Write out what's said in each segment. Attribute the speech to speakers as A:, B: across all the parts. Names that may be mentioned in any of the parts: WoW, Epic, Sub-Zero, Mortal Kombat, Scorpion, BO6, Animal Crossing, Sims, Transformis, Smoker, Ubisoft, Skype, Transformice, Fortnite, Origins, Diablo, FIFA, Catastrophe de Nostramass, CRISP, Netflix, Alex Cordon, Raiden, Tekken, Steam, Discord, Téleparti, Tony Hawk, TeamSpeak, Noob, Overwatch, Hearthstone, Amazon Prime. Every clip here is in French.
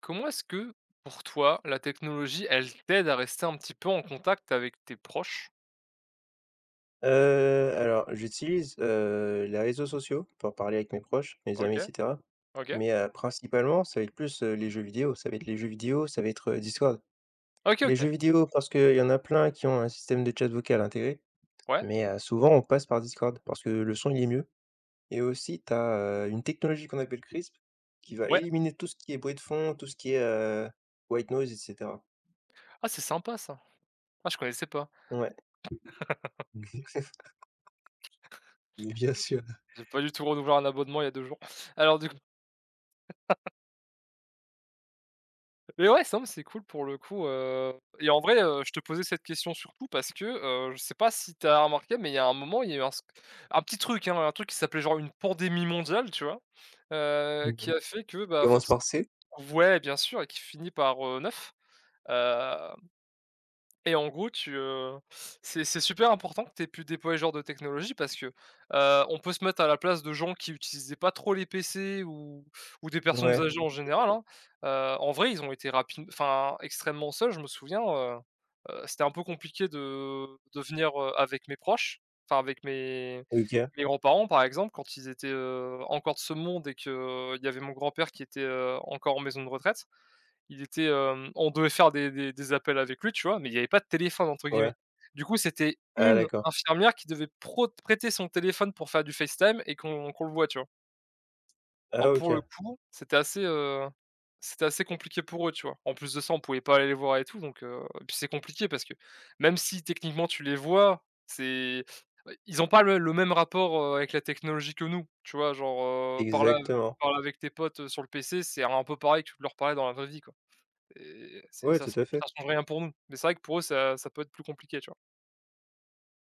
A: Comment est-ce que, pour toi, la technologie, elle t'aide à rester un petit peu en contact avec tes proches?
B: Heu, alors j'utilise, les réseaux sociaux pour parler avec mes proches, mes amis et
A: OK,
B: cetera.
A: OK.
B: Mais, principalement, ça va être plus, les jeux vidéo. Ça va être les jeux vidéo, ça va être, Discord.
A: OK,
B: Les
A: OK.
B: jeux vidéo parce qu'il y en a plein qui ont un système de chat vocal intégré,
A: Ouais,
B: mais, souvent on passe par Discord parce que le son, il est mieux, et aussi tu as une technologie qu'on appelle CRISP qui va
A: ouais.
B: éliminer tout ce qui est bruit de fond, tout ce qui est, white noise et cetera.
A: Ah, c'est sympa ça. Ah, je connaissais pas.
B: Ouais, mais bien sûr.
A: J'ai pas du tout renouvelé un abonnement il y a 2 jours. Alors du coup, mais ouais, ça, c'est cool pour le coup. Et en vrai, je te posais cette question surtout parce que, je sais pas si t'as remarqué, mais il y a un moment, il y a eu un petit truc, hein, un truc qui s'appelait genre une pandémie mondiale, tu vois? Qui
B: Mouais.
A: a fait que, bah,
B: Commence
A: forcément.
B: par C.
A: Ouais, bien sûr, et qui finit par, 9. euh, Et en gros, c'est super important que tu aies pu déployer ce genre de technologie parce que, on peut se mettre à la place de gens qui n'utilisaient pas trop les PC ou des personnes
B: Ouais.
A: âgées en général, hein. En vrai, ils ont été rapi enfin, extrêmement seuls. Je me souviens, c'était un peu compliqué de venir, avec mes proches, enfin avec
B: OK,
A: mes grands-parents, par exemple, quand ils étaient, encore de ce monde et qu'il il y avait mon grand-père qui était, encore en maison de retraite. Il était, on devait faire des appels avec lui, tu vois? Mais il n'y avait pas de téléphone entre
B: ouais.
A: guillemets. Du coup, c'était
B: Ah
A: une
B: d'accord.
A: infirmière qui devait prot prêter son téléphone pour faire du FaceTime et qu'on le voit, tu vois?
B: Ah
A: Alors pour le
B: OK,
A: coup, c'était assez compliqué pour eux, tu vois? En plus de ça, on pouvait pas aller les voir et tout, donc et puis c'est compliqué parce que même si techniquement tu les vois, c'est bah, ils n'ont pas le même rapport, avec la technologie que nous, tu vois? Genre,
B: exactement.
A: parler avec tes potes, sur le PC, c'est un peu pareil que de leur parler dans la vraie vie, quoi. Et c'est
B: Ouais, tout à
A: ça
B: fait.
A: change rien pour nous. Mais c'est vrai que pour eux, ça peut être plus compliqué, tu vois?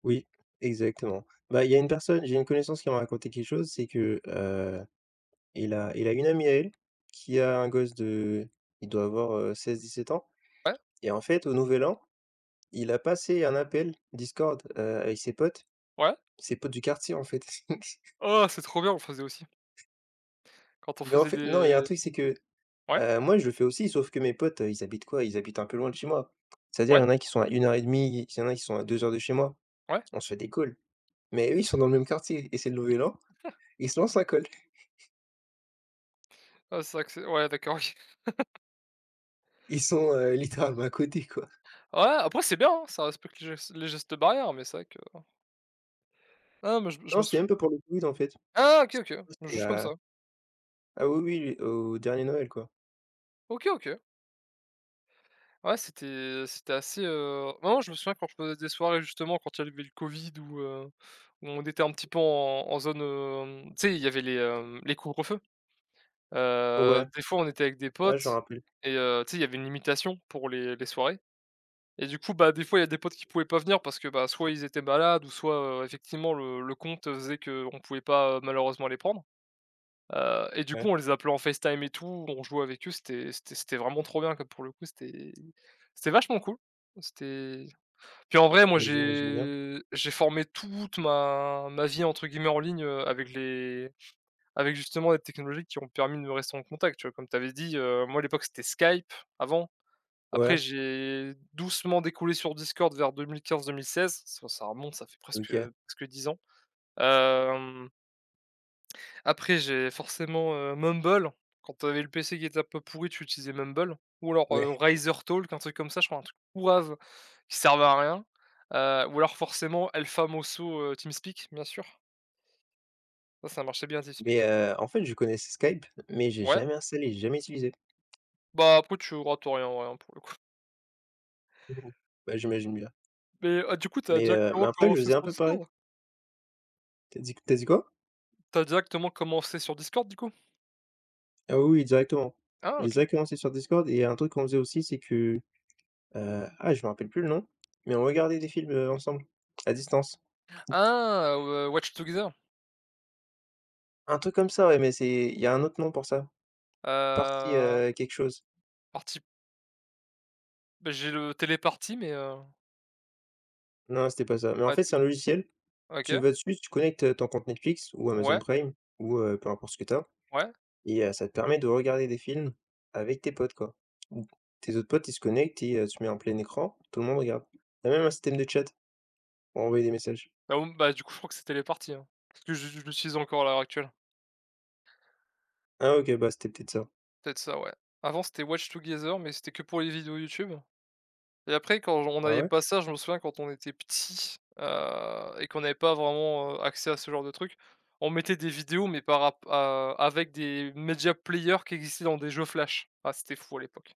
B: Oui, exactement. Bah, il y a une personne j'ai une connaissance qui m'a raconté quelque chose, c'est que, il a une amie à elle qui a un gosse de, il doit avoir, 16-17 ans.
A: Ouais,
B: Et en fait, au nouvel an, il a passé un appel Discord, avec
A: ouais.
B: ses potes du quartier, en fait.
A: Oh, c'est trop bien, on le faisait aussi. Quand on
B: Mais en
A: faisait
B: fait non, il y a un
A: des,
B: truc, c'est que,
A: ouais,
B: moi, je le fais aussi, sauf que mes potes, ils habitent quoi? Ils habitent un peu loin de chez moi. C'est-à-dire, il y
A: ouais,
B: en a qui sont à 1h30, il y en a qui sont à 2 heures de chez moi.
A: ouais.
B: On se fait des calls. Mais eux, ils sont dans le même quartier et c'est Nouvelle-An, ils se lancent un call.
A: Ah, c'est vrai que c'est, ouais, d'accord, oui.
B: Ils sont, littéralement à côté, quoi.
A: Ouais, après c'est bien, hein, ça respecte les gestes barrières, mais c'est vrai que, ah, mais je
B: Non,
A: me
B: c'était même
A: souvi
B: pas pour le Covid, en fait.
A: ah, OK,
B: C'était
A: OK,
B: C'était
A: juste comme
B: à,
A: ça.
B: ah oui, oui, oui, au dernier Noël, quoi.
A: OK, OK. Ouais, c'était assez, non, je me souviens quand je faisais des soirées justement quand il y avait le covid ou, où on était un petit peu en en zone, tu sais, il y avait les, les couvre-feux.
B: Ouais,
A: Des fois, on était avec des
B: ouais, je me
A: potes
B: rappelle.
A: et tu sais, il y avait une limitation pour les soirées et du coup, bah, des fois, il y a des potes qui pouvaient pas venir parce que, bah, soit ils étaient malades, ou soit, effectivement le compte faisait qu'on pouvait pas, malheureusement les prendre. Et du coup,
B: Ouais,
A: on les appelait en FaceTime et tout, on jouait avec eux, c'était vraiment trop bien, quoi, pour le coup, c'était vachement cool. C'était puis en vrai, moi,
B: bah, j'imagine bien.
A: j'ai formé toute ma vie, entre guillemets, en ligne, avec les avec justement des technologies qui ont permis de me rester en contact, tu vois? Comme tu avais dit, moi à l'époque c'était Skype avant. Après
B: Ouais,
A: j'ai doucement découlé sur Discord vers 2015-2016. Ça remonte, ça fait presque,
B: OK,
A: presque 10 ans. Hem, Après j'ai forcément, Mumble. Quand tu avais le PC qui était un peu pourri, tu utilisais Mumble ou alors,
B: ouais.
A: Talk, un truc comme ça, je crois, un truc pourrave qui servait à rien. Ou alors forcément El Famoso, TeamSpeak, bien sûr. Ça marchait bien
B: Mais
A: TeamSpeak.
B: en fait, je connaissais Skype, mais j'ai
A: Ouais,
B: jamais installé, j'ai jamais utilisé.
A: bah après tu rates rien, ouais, hein, pour le coup.
B: Mmh. Bah, j'imagine bien.
A: Mais, ah, du coup, t'as
B: Mais
A: directement
B: après, je
A: commencé
B: faisais un
A: sur
B: peu pareil.
A: Discord?
B: T'as dit quoi?
A: T'as directement commencé sur Discord, du coup?
B: Ah oui, oui, directement.
A: Ah,
B: J'ai
A: OK.
B: direct commencé sur Discord et un truc qu'on faisait aussi, c'est que. Je me rappelle plus le nom, mais on regardait des films, ensemble, à distance.
A: Ah, Watch Together?
B: Un truc comme ça, ouais, mais c'est il y a un autre nom pour ça. Party,
A: Heu,
B: quelque chose.
A: partie bah, j'ai le téléparti, mais,
B: Non, c'était pas ça, mais en
A: ouais,
B: fait, c'est un logiciel, tu
A: OK,
B: vas dessus, tu connectes, ton compte Netflix ou Amazon
A: ouais,
B: Prime ou peu importe ce que t'as,
A: ouais.
B: et ça te permet de regarder des films avec tes potes, quoi. Ou tes autres potes, ils se connectent et tu mets en plein écran, tout le monde regarde. Il y a même un système de chat pour envoyer des messages.
A: Bah, ou bah, du coup, je crois que c'est téléparty, hein, parce que je l'utilise encore à l'heure actuelle.
B: Ah OK, bah, c'était peut-être ça.
A: Peut-être ça, ouais. Avant, c'était Watch Together, mais c'était que pour les vidéos YouTube. Et après quand on
B: Ah
A: n'avait
B: ouais?
A: pas ça, je me souviens quand on était petit, et qu'on n'avait pas vraiment, accès à ce genre de truc, on mettait des vidéos mais par rap à avec des media players qui existaient dans des jeux flash. Ah c'était fou à l'époque.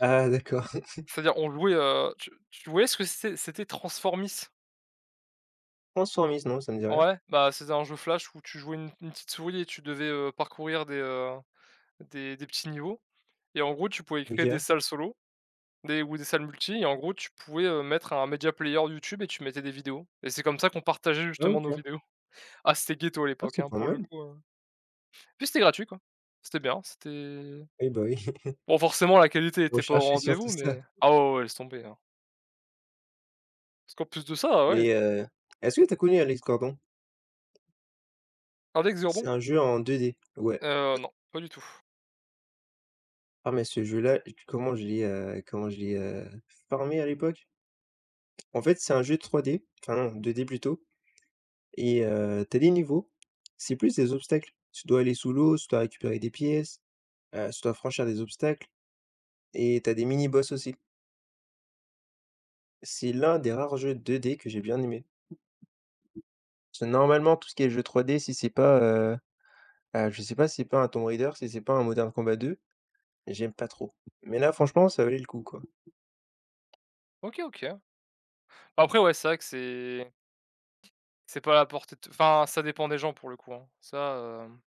B: Ah d'accord.
A: C'est-à-dire on jouait, tu voyais ce que c'était? C'était Transformis.
B: Transformice, non, ça me dit rien.
A: Ouais, bah, c'était un jeu flash où tu jouais une petite souris et tu devais, parcourir des, des petits niveaux et en gros tu pouvais créer des
B: OK.
A: salles solo. Des, ou des salles multi, et en gros, tu pouvais, mettre un media player YouTube et tu mettais des vidéos et c'est comme ça qu'on partageait
B: Ah
A: justement
B: OK.
A: nos vidéos. Ah, c'était ghetto à
B: Ah,
A: l'époque,
B: c'est
A: hein,
B: pas
A: pour le
B: mal.
A: coup, puis c'était gratuit, quoi. C'était bien, c'était
B: Oui, bah, oui,
A: bon, forcément, la qualité était pas au
B: rechercher surtout
A: rendez-vous,
B: ça.
A: mais ah ouais, ouais, laisse tomber, hein. Parce qu'en plus de ça, ouais,
B: Mais, est-ce que tu as connu Alex Cordon?
A: Index Zurdon?
B: C'est un jeu en 2D. Ouais.
A: Non, pas du tout.
B: Ah mais ce jeu-là, j comment je l'ai, farmé à l'époque? En fait, c'est un jeu 3D, enfin non, 2D plutôt, et tu des niveaux, c'est plus des obstacles. Tu dois aller sous l'eau, tu dois récupérer des pièces, tu dois franchir des obstacles et t'as des mini-boss aussi. C'est l'un des rares jeux 2D que j'ai bien aimé. Parce que normalement, tout ce qui est jeu 3D, si c'est pas, je sais pas si c'est pas un Tomb Raider, si c'est pas un Modern Combat 2, j'aime pas trop. Mais là, franchement, ça valait le coup, quoi.
A: OK, OK. Après, ouais, c'est vrai que c'est pas à la portée de, enfin, ça dépend des gens pour le coup, hein. Ça, hem.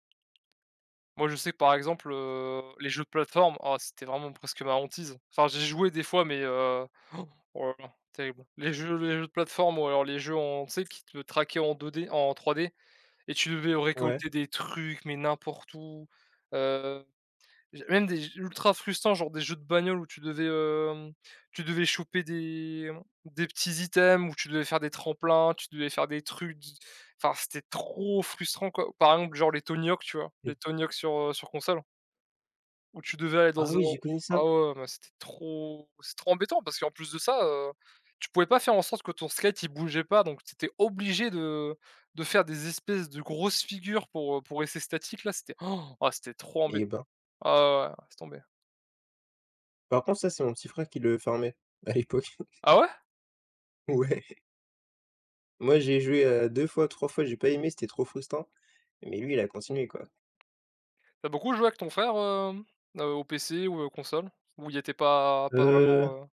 A: Moi, je sais que, par exemple, les jeux de plateforme, ah c'était vraiment presque ma hantise. Enfin, j'ai joué des fois, mais oh là là, terrible. Les jeux de plateforme ou alors les jeux en, tu sais, qui te traquaient en 2D en 3D et tu devais
B: Ouais.
A: récolter des trucs, mais n'importe où. J Même des ultra frustrants, genre des jeux de bagnole où tu devais, tu devais choper des, des petits items, où tu devais faire des tremplins, tu devais faire des trucs d enfin c'était trop frustrant, quoi. Par exemple, genre les Tony Hawk, tu vois? Les
B: Et
A: Tony Hawk sur, sur console, où tu devais aller
B: ah
A: dans un,
B: oui, j'ai connu
A: ah
B: ça?
A: ouais, mais c'est trop embêtant parce qu'en plus de ça, tu pouvais pas faire en sorte que ton skate il bougeait pas, donc tu étais obligé de faire des espèces de grosses figures pour rester statique là, c'était Oh, ah c'était trop
B: Et
A: embêtant.
B: ben,
A: Ah ouais, ouais, laisse.
B: par contre, ça, c'est mon petit frère qui le farmait à l'époque.
A: Ah ouais?
B: Ouais. Moi, j'ai joué, 2 fois, 3 fois, j'ai pas aimé, c'était trop frustrant. Mais lui, il a continué, quoi.
A: T'as beaucoup joué avec ton frère, au PC ou, console? Ou il était pas
B: euh
A: vraiment,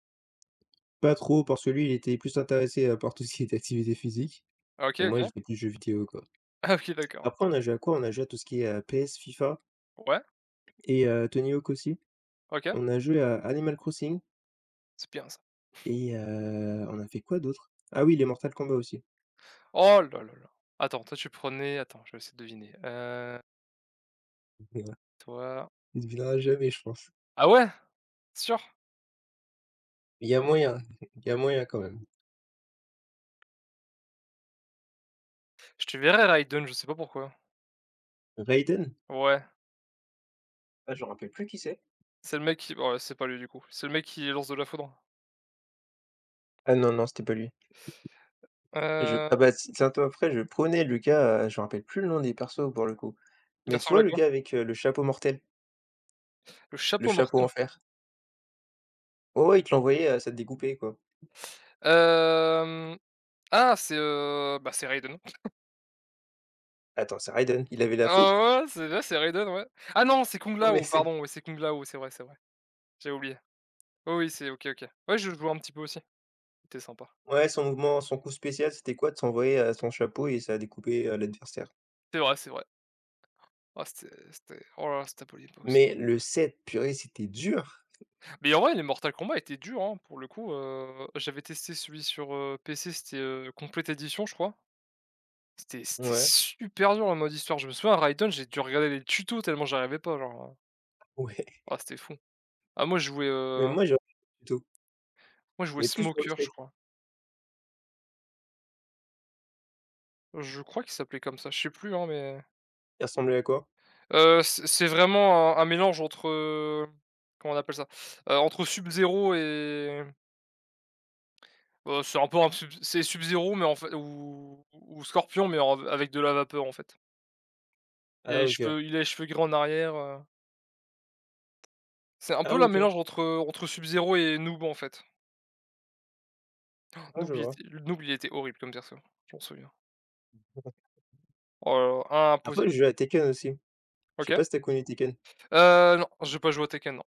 B: Pas trop parce que lui, il était plus intéressé, par tout ce qui est activité physique,
A: ah OK,
B: et moi,
A: OK.
B: j'étais plus jeux vidéo, quoi.
A: Ah OK, d'accord.
B: Après, on a joué à quoi? On a joué à tout ce qui est, PS, FIFA
A: Ouais,
B: et Tony Hawk aussi.
A: OK,
B: On a joué à Animal Crossing
A: c'est bien ça.
B: et on a fait quoi d'autre? Ah oui, les Mortal Kombat aussi.
A: Oh là là là! Attends, toi tu prenais attends, je vais essayer de deviner, toi
B: Il devinera jamais, je pense.
A: ah ouais? Sûr?
B: Il y a moyen, il y a moyen quand même.
A: Je te verrais Raiden, je sais pas pourquoi.
B: Raiden?
A: Ouais,
B: Ah, je me rappelle plus qui c'est.
A: c'est le mec qui ouais, c'est pas lui du coup. C'est le mec qui lance de la foudre.
B: Ah non, non, c'était pas lui. Je
A: Heu,
B: ah bah, c'est un peu après, je prenais le gars, je me rappelle plus le nom des persos pour le coup.
A: il
B: Mais tu
A: ressemble
B: vois
A: à
B: le
A: quoi?
B: gars avec, le chapeau mortel,
A: Le
B: le
A: chapeau
B: chapeau
A: mortel?
B: en fer? Ouais, ouais, il te l'envoyait, ça te découpait quoi.
A: Hem, ah c'est, bah, c'est Raiden.
B: Attends, c'est Raiden? Il avait la foutre?
A: Ah ouais, ouais, c'est Raiden, ouais. Ah non, c'est Kung
B: Ouais, mais
A: Lao,
B: c'est
A: pardon, oui, c'est Kung Lao, c'est vrai, c'est vrai. J'ai oublié. Oh oui, c'est OK, OK. Ouais, je jouais un petit peu aussi. C'était sympa.
B: ouais, son mouvement, son coup spécial, c'était quoi? De s'envoyer, son chapeau et ça découpait, l'adversaire.
A: C'est vrai, c'est vrai. C'était oh là là, c'était la bonne.
B: Mais le 7, purée, c'était dur!
A: Mais en vrai, les Mortal Kombat étaient durs, hein, pour le coup, j'avais testé celui sur, PC, c'était, Complete Edition, je crois. C'était
B: Ouais,
A: super dur en mode histoire. Je me souviens, Raiden, j'ai dû regarder les tutos tellement j'arrivais pas, genre, hein.
B: ouais,
A: Ah c'était fou. Ah moi je jouais,
B: mais
A: heu,
B: moi j'ai plutôt,
A: Moi je jouais
B: mais plus pour le
A: Smoker, je
B: 7.
A: crois. Je crois qu'il s'appelait comme ça, je sais plus, hein, mais
B: Il ressemblait à quoi?
A: C'est vraiment un mélange entre, comment on appelle ça? Entre Sub-Zero et bah, c'est un peu un Sub c'est Sub-Zero mais en fait, ou Scorpion mais en avec de la vapeur, en fait.
B: Ah OK.
A: Il a les cheveux gris en arrière, c'est un
B: Ah
A: peu la
B: OK.
A: mélange entre Sub-Zero et Noob, en fait.
B: Ah je vois.
A: Noob il était horrible comme perso, je m'en souviens. Oh là là,
B: Après,
A: impossible.
B: je jouais à Tekken aussi. Je sais
A: OK.
B: pas si tu as connu Tekken?
A: Non, j'ai pas joué à Tekken, non.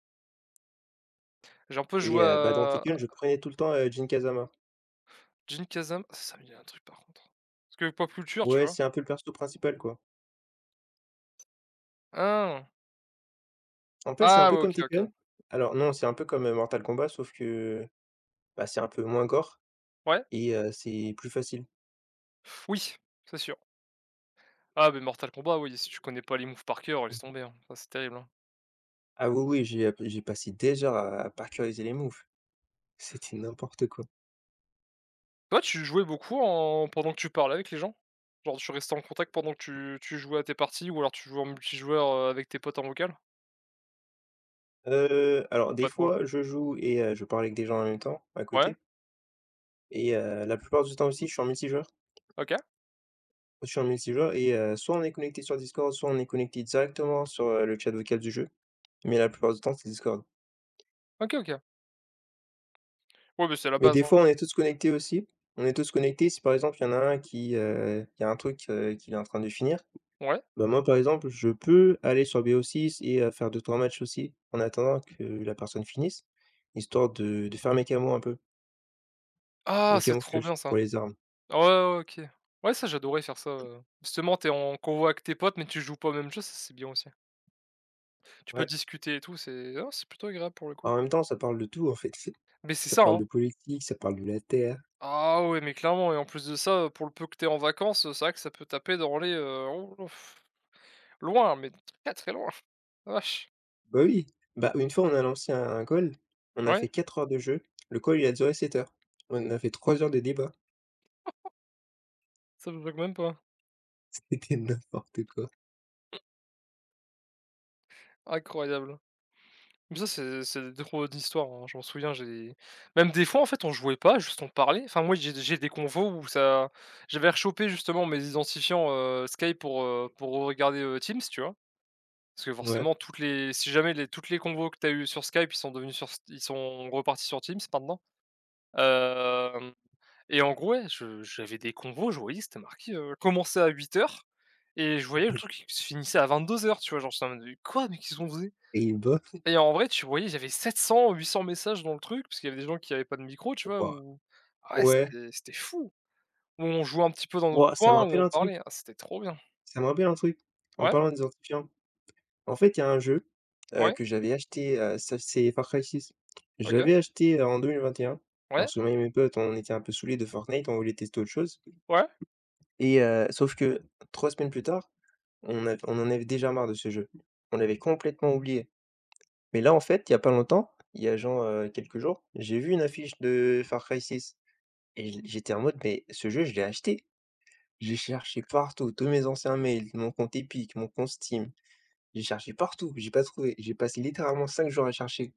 A: J'ai un peu joué
B: Et bah, dans
A: à
B: Tekken, je prenais tout le temps, Jin Kazama.
A: Jin Kazama. Ça ça me dit un truc par contre. Parce que pop culture, tu
B: Ouais,
A: vois?
B: c'est un peu le perso principal, quoi.
A: Ah!
B: En fait, c'est un
A: Ah
B: peu
A: ouais,
B: comme
A: OK, OK.
B: Tekken. Alors non, c'est un peu comme, Mortal Kombat, sauf que, bah, c'est un peu moins gore
A: Ouais.
B: et c'est plus facile.
A: Oui, c'est sûr. Ah beh, Mortal Kombat, oui, si tu connais pas les moves par cœur, laisse
B: Mmh.
A: tomber, hein. Ça, c'est terrible, hein.
B: Ah oui, oui, j'ai passé des heures à parkouriser les moves. C'était n'importe quoi.
A: Toi, tu jouais beaucoup en pendant que tu parlais avec les gens? Genre, tu restais en contact pendant que tu jouais à tes parties, ou alors tu jouais en multijoueur, avec tes potes en vocal?
B: Alors
A: Ou
B: des
A: pas trop?
B: fois, je joue et je parle avec des gens en même temps, à
A: Ouais?
B: côté, et la plupart du temps aussi, je suis en multijoueur.
A: OK.
B: Je suis en multijoueur et soit on est connecté sur Discord, soit on est connecté directement sur, le chat vocal du jeu, mais la plupart du temps, c'est Discord.
A: OK, OK. Ouais, beh, c'est la
B: Mais
A: base,
B: des
A: hein.
B: fois, on est tous connectés aussi. On est tous connectés si, par exemple, il y en a un qui, il y a un truc, qu'il est en train de finir,
A: Ouais.
B: bah, moi, par exemple, je peux aller sur BO6 et faire deux trois matchs aussi en attendant que la personne finisse, histoire de faire mes camos un peu,
A: Ah,
B: mes
A: c'est trop
B: camuflages
A: bien ça.
B: pour les armes.
A: Ah ouais, ouais, OK. Ouais, ça, j'adorais faire ça, justement, t'es en convoi avec tes potes mais tu joues pas au même jeu, ça, c'est bien aussi. Tu peux
B: Ouais,
A: discuter et tout, c'est, ah, c'est plutôt agréable pour le coup.
B: en même temps, ça parle de tout, en fait.
A: Mais c'est
B: Ça
A: ça,
B: parle
A: hein.
B: de politique, ça parle de la terre.
A: Ah ouais, mais clairement, et en plus de ça, pour le peu que t'es en vacances, c'est vrai que ça peut taper dans les, loin, mais très, très loin. La vache.
B: Bah oui, bah, une fois, on a lancé un call, on a
A: Ouais,
B: fait 4 heures de jeu, le call, il a duré 7 heures. On a fait 3 heures de débat,
A: ça me choque même pas.
B: c'était n'importe quoi.
A: Incroyable. Mais ça, c'est des trop d'histoires, hein. Je m'en souviens, j'ai même des fois, en fait, on jouait pas, juste on parlait. Enfin, moi, j'ai des convos où ça, j'avais rechopé justement mes identifiants, Skype pour regarder, Teams, tu vois? Parce que
B: Ouais
A: forcément toutes les si jamais les toutes les convos que t'as eu sur Skype, ils sont repartis sur Teams maintenant. Hem. Et en gros, ouais, je j'avais des combos, je voyais, c'était marqué, commencer à 8 heures, et je voyais le truc qui se finissait à 22 heures, tu vois? Genre, j'étais en mode: «Mais quoi? Mais qu'ils ont qu'on».
B: et bah,
A: Et en vrai, tu voyais, j'avais 700, 800 messages dans le truc, parce qu'il y avait des gens qui avaient pas de micro, tu vois?
B: waouh,
A: Ou ah ouais,
B: ouais,
A: c'était fou! Où on jouait un petit peu dans notre
B: waouh, ça me
A: coin, où
B: rappelle
A: on
B: un truc,
A: parlait. Ah, c'était trop bien.
B: ça me rappelle un truc, en
A: Ouais,
B: parlant des antiviraux. En fait, il y a un jeu,
A: ouais,
B: que j'avais acheté, ça c'est Far Cry Six.
A: OK,
B: J'avais acheté, en 2021
A: ouais,
B: parce que moi et mes potes, on était un peu saoulés de Fortnite, on voulait tester autre chose
A: ouais.
B: et sauf que 3 semaines plus tard, on en avait déjà marre de ce jeu. On l'avait complètement oublié. Mais là, en fait, il y a pas longtemps, il y a genre, quelques jours, j'ai vu une affiche de Far Cry Six et j'étais en mode: «Mais ce jeu, je l'ai acheté». J'ai cherché partout, tous mes anciens mails, mon compte Epic, mon compte Steam. J'ai cherché partout, j'ai pas trouvé. J'ai passé littéralement 5 jours à chercher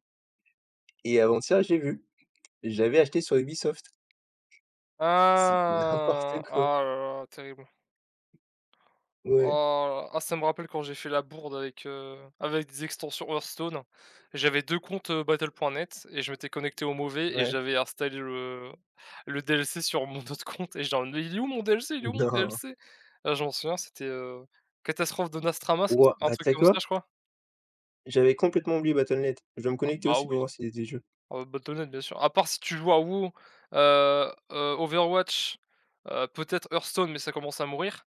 B: et avant-hier, j'ai vu. J'avais acheté sur Ubisoft. C'est n'importe
A: Ah!
B: quoi.
A: Ah là là, terrible.
B: Ouais,
A: Oh, ah ça me rappelle quand j'ai fait la bourde avec, avec des extensions Hearthstone. J'avais 2 comptes, battle.net et je m'étais connecté au mauvais et
B: ouais.
A: j'avais installé le DLC sur mon autre compte et genre: «Mais il est où mon DLC? Il est où mon
B: Non.
A: DLC?» Ah je m'en souviens, c'était, Catastrophe de Nostramass,
B: Wouah,
A: un
B: bah, tu
A: truc
B: sais
A: comme ça
B: quoi?
A: je crois.
B: J'avais complètement oublié Battle.net. Je vais me
A: Ah
B: connecter
A: bah
B: aussi pour
A: oui,
B: voir s'il y a des jeux.
A: ah battle.net bien sûr. À part si tu joues à WoW, Overwatch, peut-être Hearthstone mais ça commence à mourir,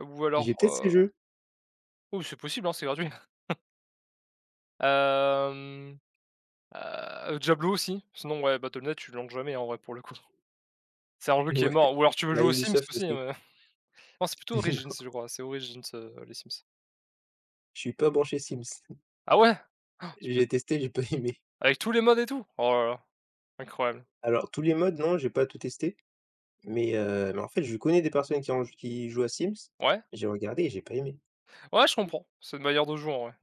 A: ou alors,
B: J'ai peut-être ces jeux.
A: oui c'est possible, hein, c'est gratuit. Hem. Diablo aussi, sinon ouais, Battle.net tu lances jamais en vrai pour le coup. C'est un jeu qui est mort, ou alors tu
B: Ouais.
A: veux
B: Bah,
A: jouer aux Sims
B: Ubisoft
A: aussi,
B: aussi.
A: non c'est plutôt Origins je crois, c'est Origins, les Sims.
B: Je suis pas branché Sims.
A: Ah ouais? Ah, tu peux-
B: J'ai testé, j'ai pas aimé.
A: Avec tous les modes et tout? Oh là là, incroyable.
B: Alors tous les modes, non, j'ai pas tout testé, mais en fait, je connais des personnes qui jouent à Sims.
A: Ouais,
B: J'ai regardé et j'ai pas aimé.
A: ouais je comprends, c'est une manière de jouer en vrai.